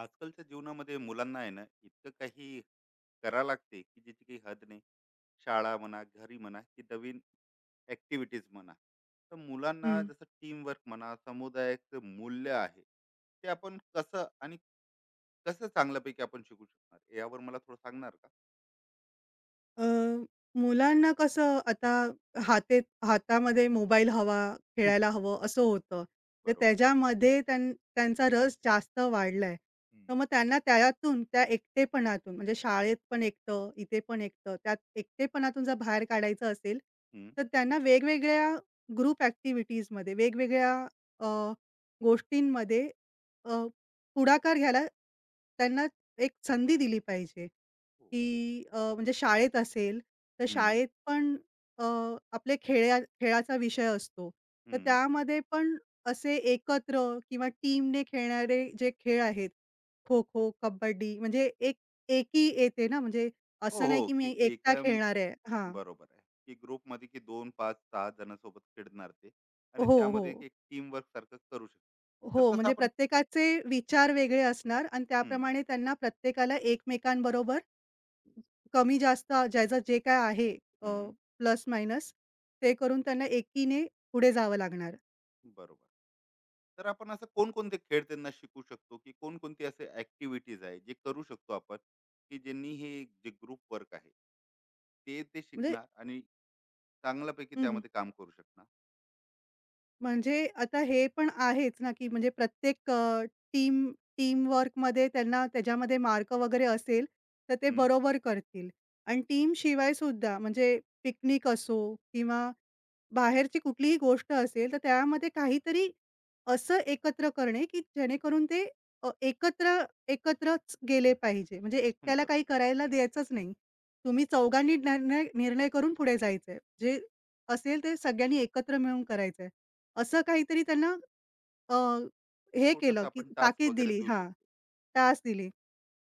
आजकालच्या जीवनामध्ये मुलांना आहे ना, इतकं काही करा लागते की ज्याची काही हद नाही. शाळा म्हणा, घरी म्हणा, की नवीन ऍक्टिव्हिटीज म्हणा, तर मुलांना हं. जसं टीमवर्क म्हणा, समुदायाचं मूल्य आहे ते आपण कसं आणि कसं चांगल्यापैकी आपण शिकू शकणार, यावर मला थोडं सांगणार का? अ, मुलांना कसं आता हाते हातामध्ये मोबाईल हवा, खेळायला हवं असं होतं. तर बरोबर. त्याच्यामध्ये त्यांचा रस जास्त वाढलाय. तर हम्म. मग त्यांना त्यातून, त्या एकटेपणातून म्हणजे शाळेत पण एकटं, इथे पण एकटं, त्यात एकटेपणातून जर बाहेर काढायचं असेल, हम्म, तर त्यांना वेगवेगळ्या ग्रुप ॲक्टिव्हिटीजमध्ये, वेगवेगळ्या अ, गोष्टींमध्ये अ, पुढाकार घ्यायला त्यांना एक संधी दिली पाहिजे. हो. की म्हणजे शाळेत असेल, तर हम्म, शाळेत पण अ, आपले खेळाचा विषय असतो. तर हम्म. त्यामध्ये पण असे एकत्र किंवा टीमने खेळणारे जे खेळ आहेत, खो-खो, कबड्डी म्हणजे एक एकी येते ना, म्हणजे हो असं नाही हो, की मी की एकटा एका खेळणार आहे. हां. बरोबर आहे, की ग्रुपमध्ये की दोन पाच सहा जणांसोबत खेळणार ते, आणि हो, त्यामध्ये हो. एक टीम वर्क सारखं करू शकतो, हो, तर तसं म्हणजे आपण. प्रत्येकाचे विचार वेगळे असणार आणि हम्म, त्याप्रमाणे त्यांना प्रत्येकाला एकमेकांबरोबर कमी जास्त ज्याचं जे काय आहे हम्म, प्लस मायनस ते करून त्यांना एकीने पुढे जावं लागणार. बरोबर. तर आपण असं कोणकोणते खेळ त्यांना शिकू शकतो, की कोणकोणते असे ऍक्टिव्हिटीज आहे जे करू शकतो आपण, की ज्यांनी हे जे ग्रुप वर्क आहे ते ते म्हणजे शिकणार आणि चांगल्यापैकी हं, हं. त्यामध्ये काम करू शकणार. म्हणजे आता हे पण आहेच ना, की म्हणजे प्रत्येक टीम टीमवर्कमध्ये त्यांना त्याच्यामध्ये मार्क वगैरे असेल, तर ते हम्म, बरोबर करतील आणि टीमशिवाय सुद्धा म्हणजे पिकनिक असो किंवा बाहेरची कुठलीही गोष्ट असेल, तर त्यामध्ये काहीतरी असं एकत्र करणे, की जेणेकरून ते अ, एकत्र एकत्रच गेले पाहिजे. म्हणजे हम्म, एकट्याला बरोबर. काही करायला द्यायचंच नाही. तुम्ही चौघांनी निर्णय निर्णय करून पुढे जायचंय. जे असेल ते सगळ्यांनी एकत्र मिळून करायचंय. असं काहीतरी त्यांना अ, हे छोटस केलं, की आपण टास्क ताकीद वगैरे दिली देऊ हां, शकतो. तास दिले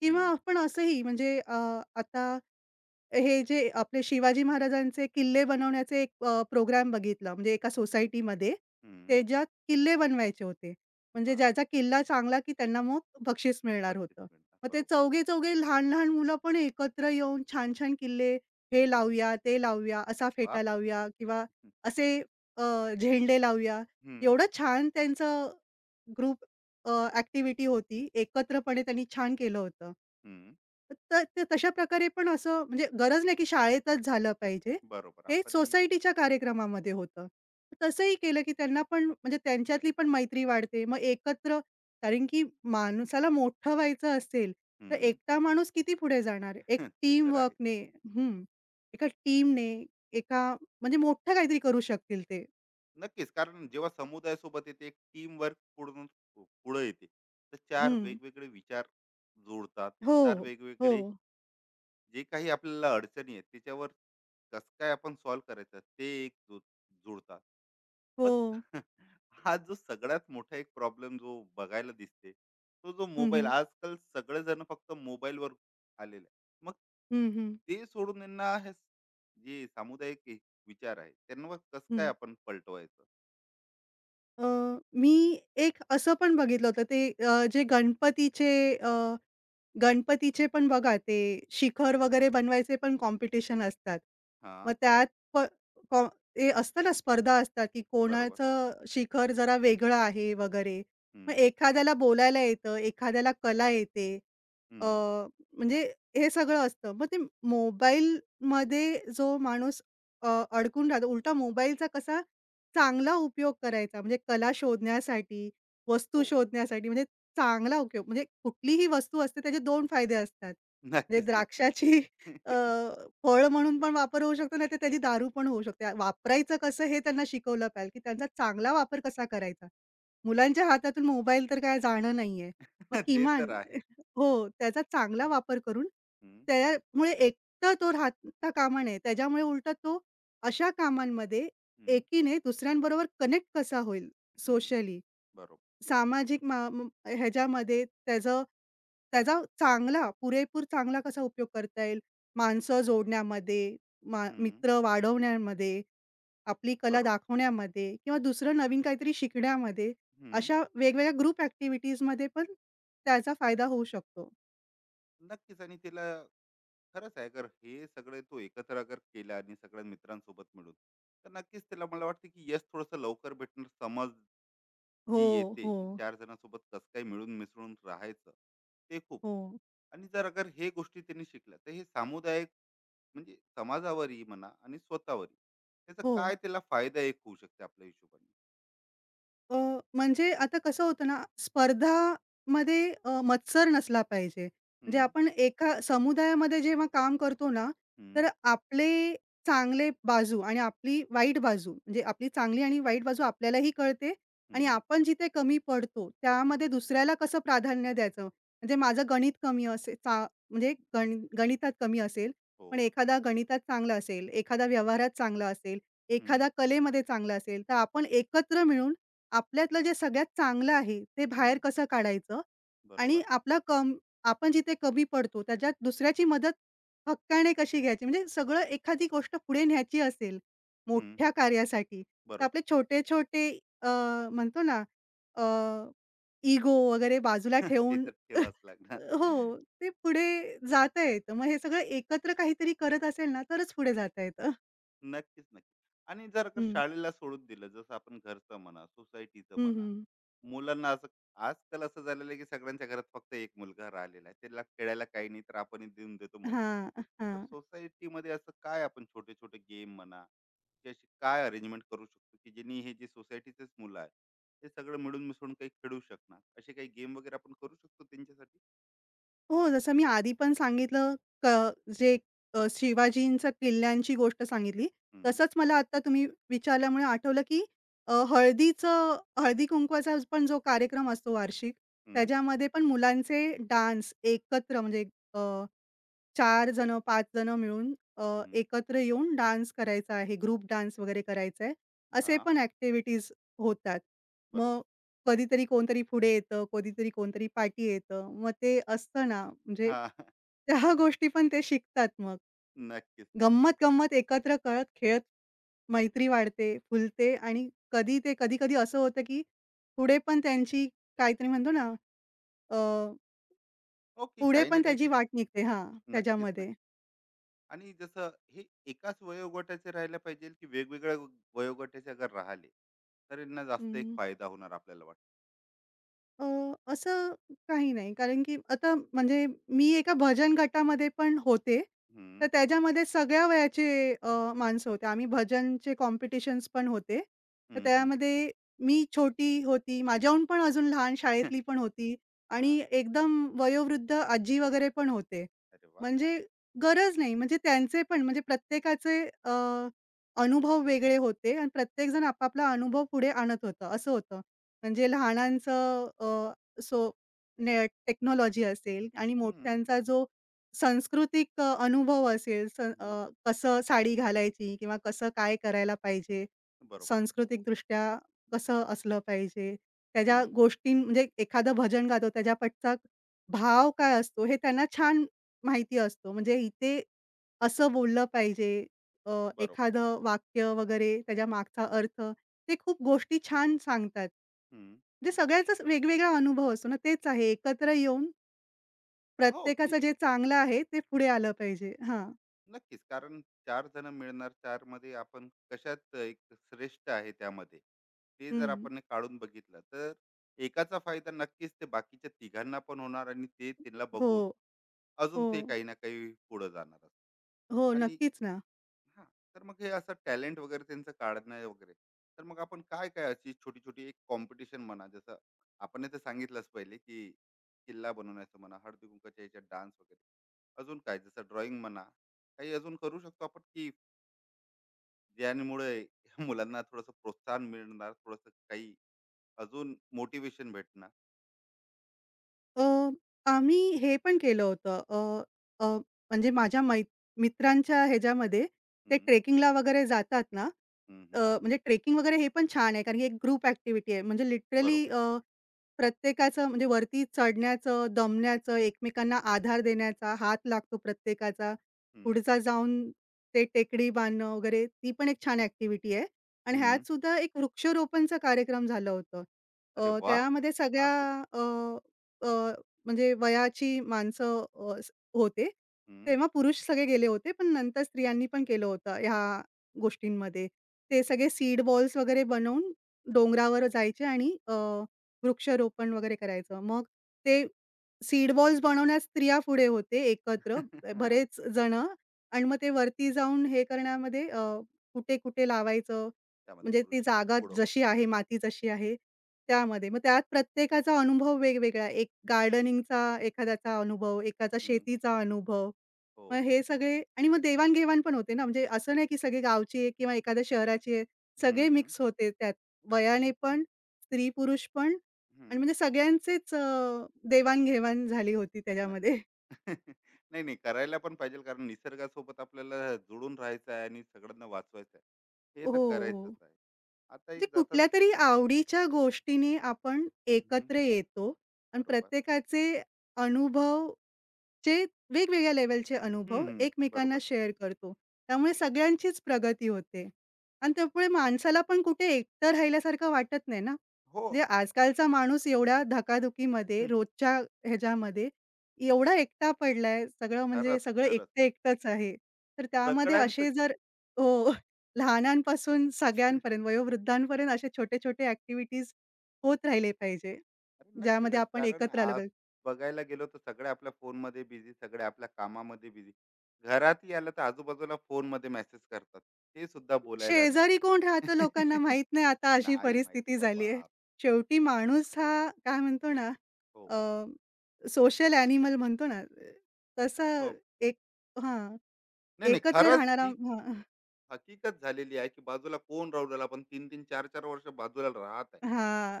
किंवा हम्म, आपण असंही म्हणजे आता हे जे आपले शिवाजी महाराजांचे किल्ले बनवण्याचे एक प्रोग्राम बघितला. म्हणजे एका सोसायटीमध्ये हम्म, त्याच्यात किल्ले बनवायचे होते. म्हणजे हा. ज्याचा किल्ला चांगला की त्यांना मग बक्षीस मिळणार पच्चीस होतं. मिनिट मग ते बरोबर. चौघे-चौघे लहान-लहान मुलं पण एकत्र येऊन छान-छान किल्ले हे लावूया, ते लावूया, असा तेव्हा. फेटा लावूया किंवा असे झेंडे लावूया. हम्म. एवढं छान त्यांचं ग्रुप अ, होती. एकत्रपणे त्यांनी छान केलं होतं. हम्म, तर तशा प्रकारे पण असं म्हणजे गरज नाही की शाळेतच झालं पाहिजे. बरोबर हे आपण. सोसायटीच्या कार्यक्रमामध्ये होतं. तसंही केलं की त्यांना पण म्हणजे त्यांच्यातली पण मैत्री वाढते. मग एकत्र कारण की माणसाला मोठं व्हायचं असेल, तर हं. एकटा माणूस किती पुढे जाणार? एक ते तर आहे. टीमवर्कने हं. एका टीमने एका म्हणजे मोठं काहीतरी करू शकतील ते. नक्कीच. कारण जेव्हा समुदायासोबत येते एक टीमवर्क, पुढून पुढं येते, तर 4 हं. वेगवेगळे विचार जुळतात. 4 हो. हो. वेगवेगळे, जे काही आपल्याला अडचणी आहेत त्याच्यावर कसं काय आपण सॉल्व्ह करायचं, ते एक जुळतात. हो. मग हा जो सगळ्यात मोठा एक प्रॉब्लेम जो बघायला दिसते, तो जो मोबाईल हं, आजकाल, सगळेजण फक्त मोबाईलवर आलेले आहे, मग हं, हं, ते सोडून यांना जे सामुदायिक एक विचार आहे, त्यांना कसं काय हं. आपण पलटवायचं? अ, मी एक असं पण बघितलं होतं ते जे अ गणपतीचे पण बघा ते शिखर वगैरे बनवायचे पण कॉम्पिटिशन असतात. हा. मग त्यात प कॉ ते असतं ना स्पर्धा असतात, की बरोबर. कोणाचं शिखर जरा वेगळं आहे वगैरे. मग हम्म. एखाद्याला बोलायला येतं, एखाद्याला कला येते. अ, हम्म. म्हणजे हे सगळं असतं. मग ते मोबाईलमध्ये जो माणूस अ, अडकून राहतो, उलटा मोबाईलचा कसा चांगला उपयोग करायचा म्हणजे कला शोधण्यासाठी, वस्तू हो. शोधण्यासाठी म्हणजे चांगला उपयोग म्हणजे कुठलीही वस्तू असते त्याचे 2 फायदे असतात. म्हणजे नक्कीच, नक्की. द्राक्षाची अ, फळं म्हणून पण वापर होऊ शकतो, नाहीतर त्याची दारू पण होऊ शकते. वापरायचं कसं हे त्यांना शिकवलं पाहिजे, की त्यांचा चांगला वापर कसा करायचा. मुलांच्या हातातून मोबाईल तर काय जाणं नाहीये. मग ते किमान तर आहेच. हो, त्याचा चांगला वापर करून हम्म. त्यामुळे एकटा तो राहता कामा नये. त्याच्यामुळे उलटा तो अशा कामांमध्ये हम्म. एकीने दुसऱ्यांबरोबर कनेक्ट कसा होईल हम्म, सोशली बरोबर. सामाजिक मा म ह्याच्यामध्ये त्याचा चांगला, पुरेपूर चांगला कसा उपयोग करता येईल? माणसं जोडण्यामध्ये, हम्म, मित्र वाढवण्यामध्ये, आपली कला बरोबर. दाखवण्यामध्ये किंवा दुसरं नवीन काहीतरी शिकण्यामध्ये, हं. अशा वेगवेगळ्या ग्रुप ॲक्टिव्हिटीजमध्ये पण त्याचा फायदा होऊ शकतो. नक्कीच. आणि तिला, खरंच आहे, अगर हे सगळे तो एकत्र अगर केलं आणि सगळ्या मित्रांसोबत मिळून, तर नक्कीच तिला मला वाटतं की यश थोडंसं लवकर भेटणार. समज हो, जी येते, हो, की 4 जणांसोबत कसं काय मिळून मिसळून राहायचं, ते खूप. हो, आणि जर अगर हे गोष्टी त्यांनी शिकल्या, तर हे सामुदायिक, म्हणजे समाजावरही म्हणा आणि स्वतःवरही, त्याचा हो. काय त्याला फायदा एक होऊ शकते आपल्या हिशोबाने. अ, म्हणजे आता कसं होतं ना, स्पर्धामध्ये मत्सर नसला पाहिजे. हं, म्हणजे आपण एका समुदायामध्ये जेव्हा काम करतो ना, हं, तर आपले चांगले बाजू आणि आपली वाईट बाजू, म्हणजे आपली चांगली आणि वाईट बाजू आपल्यालाही कळते आणि हं. आपण जिथे कमी पडतो, त्यामध्ये दुसऱ्याला कसं प्राधान्य द्यायचं. म्हणजे माझं गणित कमी असेल चा म्हणजे गण गणितात कमी असेल, हो. पण एखादा गणितात चांगला असेल, एखादा व्यवहारात चांगला असेल, हं, एखादा कलेमध्ये चांगला असेल, तर आपण एकत्र मिळून आपल्यातलं जे सगळ्यात चांगलं आहे, ते बाहेर हं. कसं काढायचं आणि बरोबर. आपला कम आपण जिथे कमी पडतो, त्याच्यात दुसऱ्याची मदत हक्काने कशी घ्यायची. म्हणजे सगळं एखादी गोष्ट पुढे न्यायची असेल, हं, मोठ्या कार्यासाठी, तर बरोबर. आपले छोटे-छोटे अ, म्हणतो ना, इगो वगैरे बाजूला ते ठेवून तर ठेवाच लागणार. हो, ते पुढे जाता येतं. मग हे सगळं एकत्र काहीतरी करत असेल ना, तरच पुढे जाता येतं. नक्कीच, नक्की. आणि जर का हं. शाळेला सोडून दिलं, जसं आपण घरचं म्हणा, सोसायटीचं हं, म्हणा, हं. मुलांना असं आजकाल असं झालेलं आहे, की सगळ्यांच्या घरात फक्त एक मुलगा राहिलेला आहे. त्याला खेळायला काही नाही, तर आपण देऊन देतो मोबाईल. हां, तर हां. सोसायटीमध्ये असं काय आपण छोटे-छोटे गेम म्हणा, की अशी काय अरेंजमेंट करू शकतो, की ज्यांनी हे जे सोसायटीचेच मुलं आहेत, ते सगळं मिळून मिसळून काही खेळू शकणार. असे काही गेम वगैरे आपण करू शकतो त्यांच्यासाठी? हो, जसं मी आधी पण सांगितलं क जे शिवाजींच्या किल्ल्यांची गोष्ट सांगितली. हं, तसंच मला आता तुम्ही विचारल्यामुळे आठवलं, की अ, हळदीचं हळदी-कुंकवाचा पण जो कार्यक्रम असतो वार्षिक, हं, त्याच्यामध्ये पण मुलांचे डान्स एकत्र म्हणजे चार जण, 5 जण मिळून हं. एकत्र येऊन डान्स करायचा आहे, ग्रुप डान्स वगैरे करायचा आहे, असे हां, पण ॲक्टिव्हिटीज होतात. मग बरोबर. कधीतरी कोणतरी पुढे येतं, कधीतरी कोणतरी पाठी येतं. मग ते असतं ना, म्हणजे हां. त्या गोष्टी पण ते शिकतात मग. नक्कीच, नक्की. गंमत-गंमत एकत्र करत खेळत मैत्री वाढते, फुलते आणि कधी ते कधी-कधी असं होतं, की पुढे पण त्यांची काहीतरी म्हणतो ना, अ, ओके, पुढे काही ना पण काही त्याची ते. वाट निघते हां, नक्कीच, त्याच्यामध्ये. नक्की. आणि जसं हे एकाच वयोगटाचे राहायला पाहिजे, की वेगवेगळ्या वयोगटाचे अगर राहिले, तर यांना जास्त एक हं. फायदा होणार आपल्याला वाटतं. अ, असं काही नाही. कारण की आता म्हणजे मी एका भजन गटामध्ये पण होते. हं, तर त्याच्यामध्ये सगळ्या वयाचे अ, माणसं होते. आम्ही भजनचे कॉम्पिटिशन्स पण होते. तर हं, हं. त्यामध्ये मी छोटी होती, माझ्याहून पण अजून लहान शाळेतली पण होती हां, आणि एकदम वयोवृद्ध आजी वगैरे पण होते. अरे वाह! म्हणजे गरज नाही. म्हणजे त्यांचे पण म्हणजे प्रत्येकाचे अनुभव वेगळे होते आणि हो. प्रत्येकजण आपापला अनुभव पुढे आणत होता, असं होतं. म्हणजे लहानांचं अ, सो ने टेक्नॉलॉजी असेल आणि हं, मोठ्यांचा जो सांस्कृतिक अनुभव असेल, हं. कसं साडी घालायची किंवा कसं काय करायला पाहिजे, बरोबर. सांस्कृतिकदृष्ट्या कसं असलं पाहिजे. हं, त्याच्या गोष्टी म्हणजे एखादं भजन गातो त्याच्या पाठचा भाव काय असतो हे त्यांना छान माहिती असतो. म्हणजे इथे असं बोललं पाहिजे. बरोबर. एखादं वाक्य वगैरे त्याच्या मागचा अर्थ ते खूप गोष्टी छान सांगतात. हं. म्हणजे सगळ्याचाच वेगवेगळा अनुभव असतो ना, तेच आहे एकत्र येऊन हो, की प्रत्येकाचं जे चांगलं आहे ते पुढे आलं पाहिजे. हां. नक्कीच, कारण चार जण मिळणार, चार मध्ये आपण कशात एक श्रेष्ठ आहे त्यामध्ये, ते जर हं. आपण काढून बघितलं, तर एकाचा फायदा नक्कीच ते बाकीच्या तिघांना पण होणार आणि ते त्यांना बघून हो, अजून हो. ते काही ना काही पुढे जाणार. हो, आणि नक्कीच ना. हा, तर मग हे असं टॅलेंट वगैरे त्यांचं काढणं वगैरे, तर मग आपण काय काय अशी छोटी छोटी एक कॉम्पिटिशन म्हणा, जसं आपण तर सांगितलंच पहिले की किल्ला बनवण्याचं म्हणा, हळदी कुंकाच्या याच्यात डान्स वगैरे, अजून काय जसं ड्रॉइंग म्हणा, काही अजून करू शकतो आपण, की ज्यामुळे मुलांना थोडंसं प्रोत्साहन मिळणार, थोडंसं काही अजून मोटिवेशन भेटणार. अ, आम्ही हे पण केलं होतं. अ, अ, म्हणजे माझ्या मित्रांच्या ह्याच्यामध्ये ते हम्म, ट्रेकिंगला वगैरे जातात ना, हम्म, हम्म, म्हणजे ट्रेकिंग वगैरे हे पण छान आहे, कारण की एक ग्रुप ॲक्टिव्हिटी आहे. म्हणजे लिटरली बरोबर. प्रत्येकाचं म्हणजे वरती चढण्याचं, दमण्याचं, एकमेकांना आधार देण्याचा, हात लागतो प्रत्येकाचा. हम्म, पुढचा जाऊन ते टेकडी बांधणं वगैरे ती पण एक छान ॲक्टिव्हिटी आहे. आणि हम्म. ह्यात सुद्धा एक वृक्षारोपणचा कार्यक्रम झालं होतं. अरे वा! त्यामध्ये हा, सगळ्या खूप. अ, म्हणजे वयाची माणसं अ, स होते. हम्म. तेव्हा पुरुष सगळे गेले होते, पण नंतर स्त्रियांनी पण केलं होतं ह्या गोष्टींमध्ये. ते अरे सगळे वा. सीड बॉल्स वगैरे बनवून डोंगरावर जायचे आणि वृक्षारोपण वगैरे करायचं. मग ते सीड बॉल्स बनवण्यात स्त्रिया पुढे होते एकत्र हा. बरेच जणं आणि मग ते वरती जाऊन हे करण्यामध्ये कुठे-कुठे लावायचं त्यामध्ये म्हणजे ती पुरुष जागा पुढं जशी होते. आहे, माती जशी आहे त्यामध्ये. मग त्यात प्रत्येकाचा अनुभव वेगवेगळा. एक गार्डनिंगचा एखाद्याचा अनुभव, एकाचा हम्म, शेतीचा अनुभव. हो. मग हे सगळे आणि मग देवाण-घेवाण पण होते ना, म्हणजे असं नाही की सगळे गावची आहे किंवा एखाद्या शहराची आहे. हम्म, सगळे हम्म, मिक्स होते त्यात. वयाने पण, स्त्री-पुरुष पण आणि हम्म, म्हणजे सगळ्यांचेच देवाण झाली होती नक्की. त्याच्यामध्ये. नाही, नाही, करायला पण पाहिजे, कारण निसर्गासोबत आपल्याला जुळून राहायचं आहे आणि सगळ्यांना वाचवायचं आहे, हे हो, तर हो. करायचंच आहे. आता म्हणजे एक जातात. कुठल्यातरी आवडीच्या गोष्टीने आपण हम्म, एकत्र येतो आणि बरोबर. प्रत्येकाचे अनुभव जे वेगवेगळ्या लेव्हलचे हम्म, अनुभव हम्म, एकमेकांना बरोबर. शेअर करतो. त्यामुळे सगळ्यांचीच प्रगती होते आणि त्यामुळे माणसाला पण कुठे एकटं राहिल्यासारखं वाटत नाही ना. हो. म्हणजे आजकालचा माणूस एवढ्या धकाधुकीमध्ये, रोजच्या ह्याच्यामध्ये एवढा एकटा पडलाय. सगळं म्हणजे खरंच, सगळं खरंच. एकटं-एकटंच आहे. तर त्यामध्ये सगळ्यांचं. असे जर हो, लहानांपासून सगळ्यांपर्यंत, वयोवृद्धांपर्यंत असे छोटे-छोटे ॲक्टिव्हिटीज होत राहिले पाहिजे. अरे नक्कीच ज्यामध्ये आहे. आपण कारण एकत्र आलो आज पाहिजे. बघायला गेलो, तर सगळे आपल्या फोनमध्ये बिझी, सगळे आपल्या कामामध्ये बिझी. घरातही आलं, तर आजूबाजूला फोनमध्ये मेसेज करतात. ते सुद्धा बोलायला नाही. शेजारी कोण राहतं लोकांना माहीत नाही, आता अशी नाही माहिती परिस्थिती झाली आहे. बाबा. शेवटी माणूस हा काय म्हणतो ना, हो, सोशल ॲनिमल म्हणतो ना, तसा हो. एक हां, नाही, नाही. एकत्र खरंच राहणारा ही हां, हां. हकीकत झालेली आहे, की बाजूला कोण राहू राहिला. आपण 3-3, 4-4 वर्ष बाजूला राहत आहे.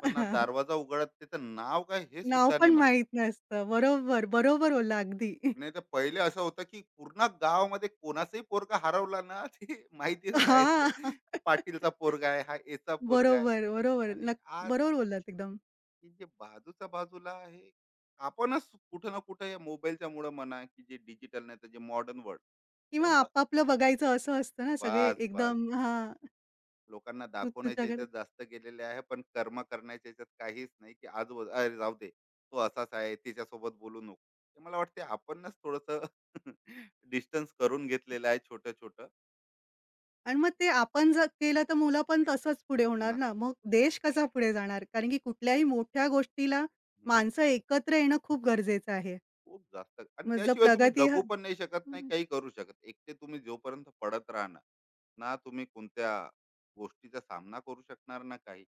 पण ना दरवाजा उघडत, त्याचं नाव काय, हे नाव सुद्धा नाही. पण माहीत नसतं. बरोबर, बरोबर बोलला अगदी. नाही तर पहिले असं होतं की पूर्ण गावामध्ये कोणाचाही पोरगा हरवला ना, ते माहिती राहायचं, हां. हा पाटीलचा पोरगा आहे, हा याचा पोरगा आहे. बरोबर, बरोबर. आणि नक्क आज बरोबर बोललात एकदम ही जे बाजूच्या बाजूला आहे, आपणच कुठं ना कुठं या मोबाईलच्या मुळे म्हणा, की जे डिजिटल, नाही तर जे मॉडर्न वर्ल्ड, किंवा त्यामुळं, आपापलं बघायचं असं असतं ना, सगळे बस बस, एकदम हां, लोकांना तू दाखवण्याच्या तुझ्याकडे याच्यात जास्त गेलेले आहे, पण कर्म करण्याच्या याच्यात काहीच नाही. की आज अरे जाऊ दे, तो असाच आहे, तिच्यासोबत बोलू नको. हे मला वाटते आपणच थोडस डिस्टन्स करून घेतलेलं आहे, छोटं छोटं. आणि मग ते आपण जर केलं तर मुलं पण तसंच पुढे होणार ना. नक्की. मग देश कसा पुढे जाणार? कारण की कुठल्याही मोठ्या गोष्टीला हम्म. माणसं एकत्र येणं खूप गरजेचं आहे. खूप जास्त, आणि मग जर त्याशिवाय तुम्ही प्रगती ह जगू पण नाही शकत, नाही काही करू शकत एकटे. तुम्ही जोपर्यंत पडत राहणार, ना तुम्ही कोणत्या गोष्टीचा सामना करू शकणार, ना काही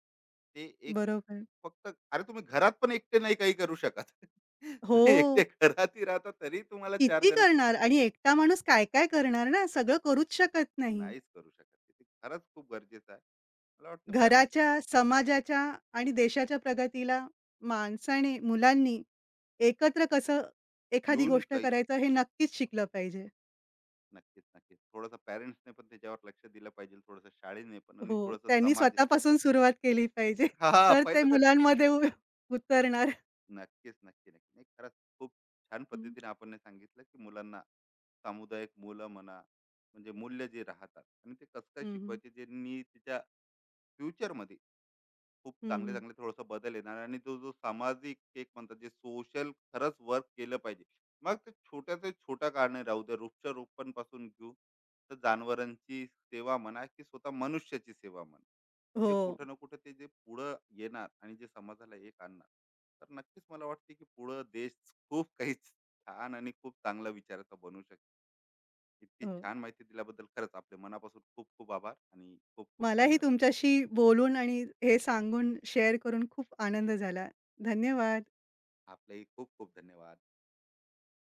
ते. बरोबर. फक्त, अरे तुम्ही घरात पण एकटे नाही काही करू शकत. तुम्ही एकटे हो. घरातही राहता, तरी तुम्हाला चार किती जण. करणार आणि एकटा माणूस काय-काय करणार ना? सगळं करूच शकत नाही. नाहीच करू शकत, ते खरंच खूप गरजेचं आहे. मला वाटतं पॅरेंट्स घराच्या, समाजाच्या आणि देशाच्या प्रगतीला माणसाने, मुलांनी एकत्र कसं एखादी येऊन गोष्ट काही करायचं हे नक्कीच शिकलं पाहिजे. नक्कीच, नक्कीच थोडंसं पॅरेंट्सने पण त्याच्यावर लक्ष दिलं पाहिजे, थोडंसं शाळेने पण, आणि हो, थोडंसं त्यांनी समाज. स्वतःपासून सुरुवात केली पाहिजे. हा हा, तर ते पहिलं तर मुलांमध्ये उतरणार. नक्कीच, नक्की, नक्की. नाही, खरंच खूप छान हं, पद्धतीने आपण हे सांगितलं, की मुलांना सामुदायिक, मुलं म्हणा, म्हणजे मूल्य जे राहतात, आणि ते कसं काय हं, हं. शिकवायचे, जे नी फ्युचरमध्ये खूप हं, चांगले हं. चांगले थोडासा बदल येणार. आणि तो जो सामाजिक एक म्हणतात, जे सोशल, खरंच वर्क केलं पाहिजे. मग ते छोट्या ते छोट्या कारणे राहू दे, वृक्षारोपण पासून घेऊ, तर जनावरांची सेवा म्हणा, की स्वतः मनुष्याची सेवा म्हणा, हो, हे कुठं ना कुठं ते जे पुढं येणार आणि जे समाजाला एक आणणार, तर नक्कीच मला वाटते की पुढं देश खूप काही छान आणि खूप चांगला विचाराचा बनू शकतो. इतकी हो. छान माहिती दिल्याबद्दल खरंच आपले मनापासून खूप खूप आभार आणि खूप खूप मलाही धन्यवाद. तुमच्याशी बोलून आणि हे सांगून शेअर करून खूप आनंद झाला. धन्यवाद. आपलेही खूप खूप धन्यवाद.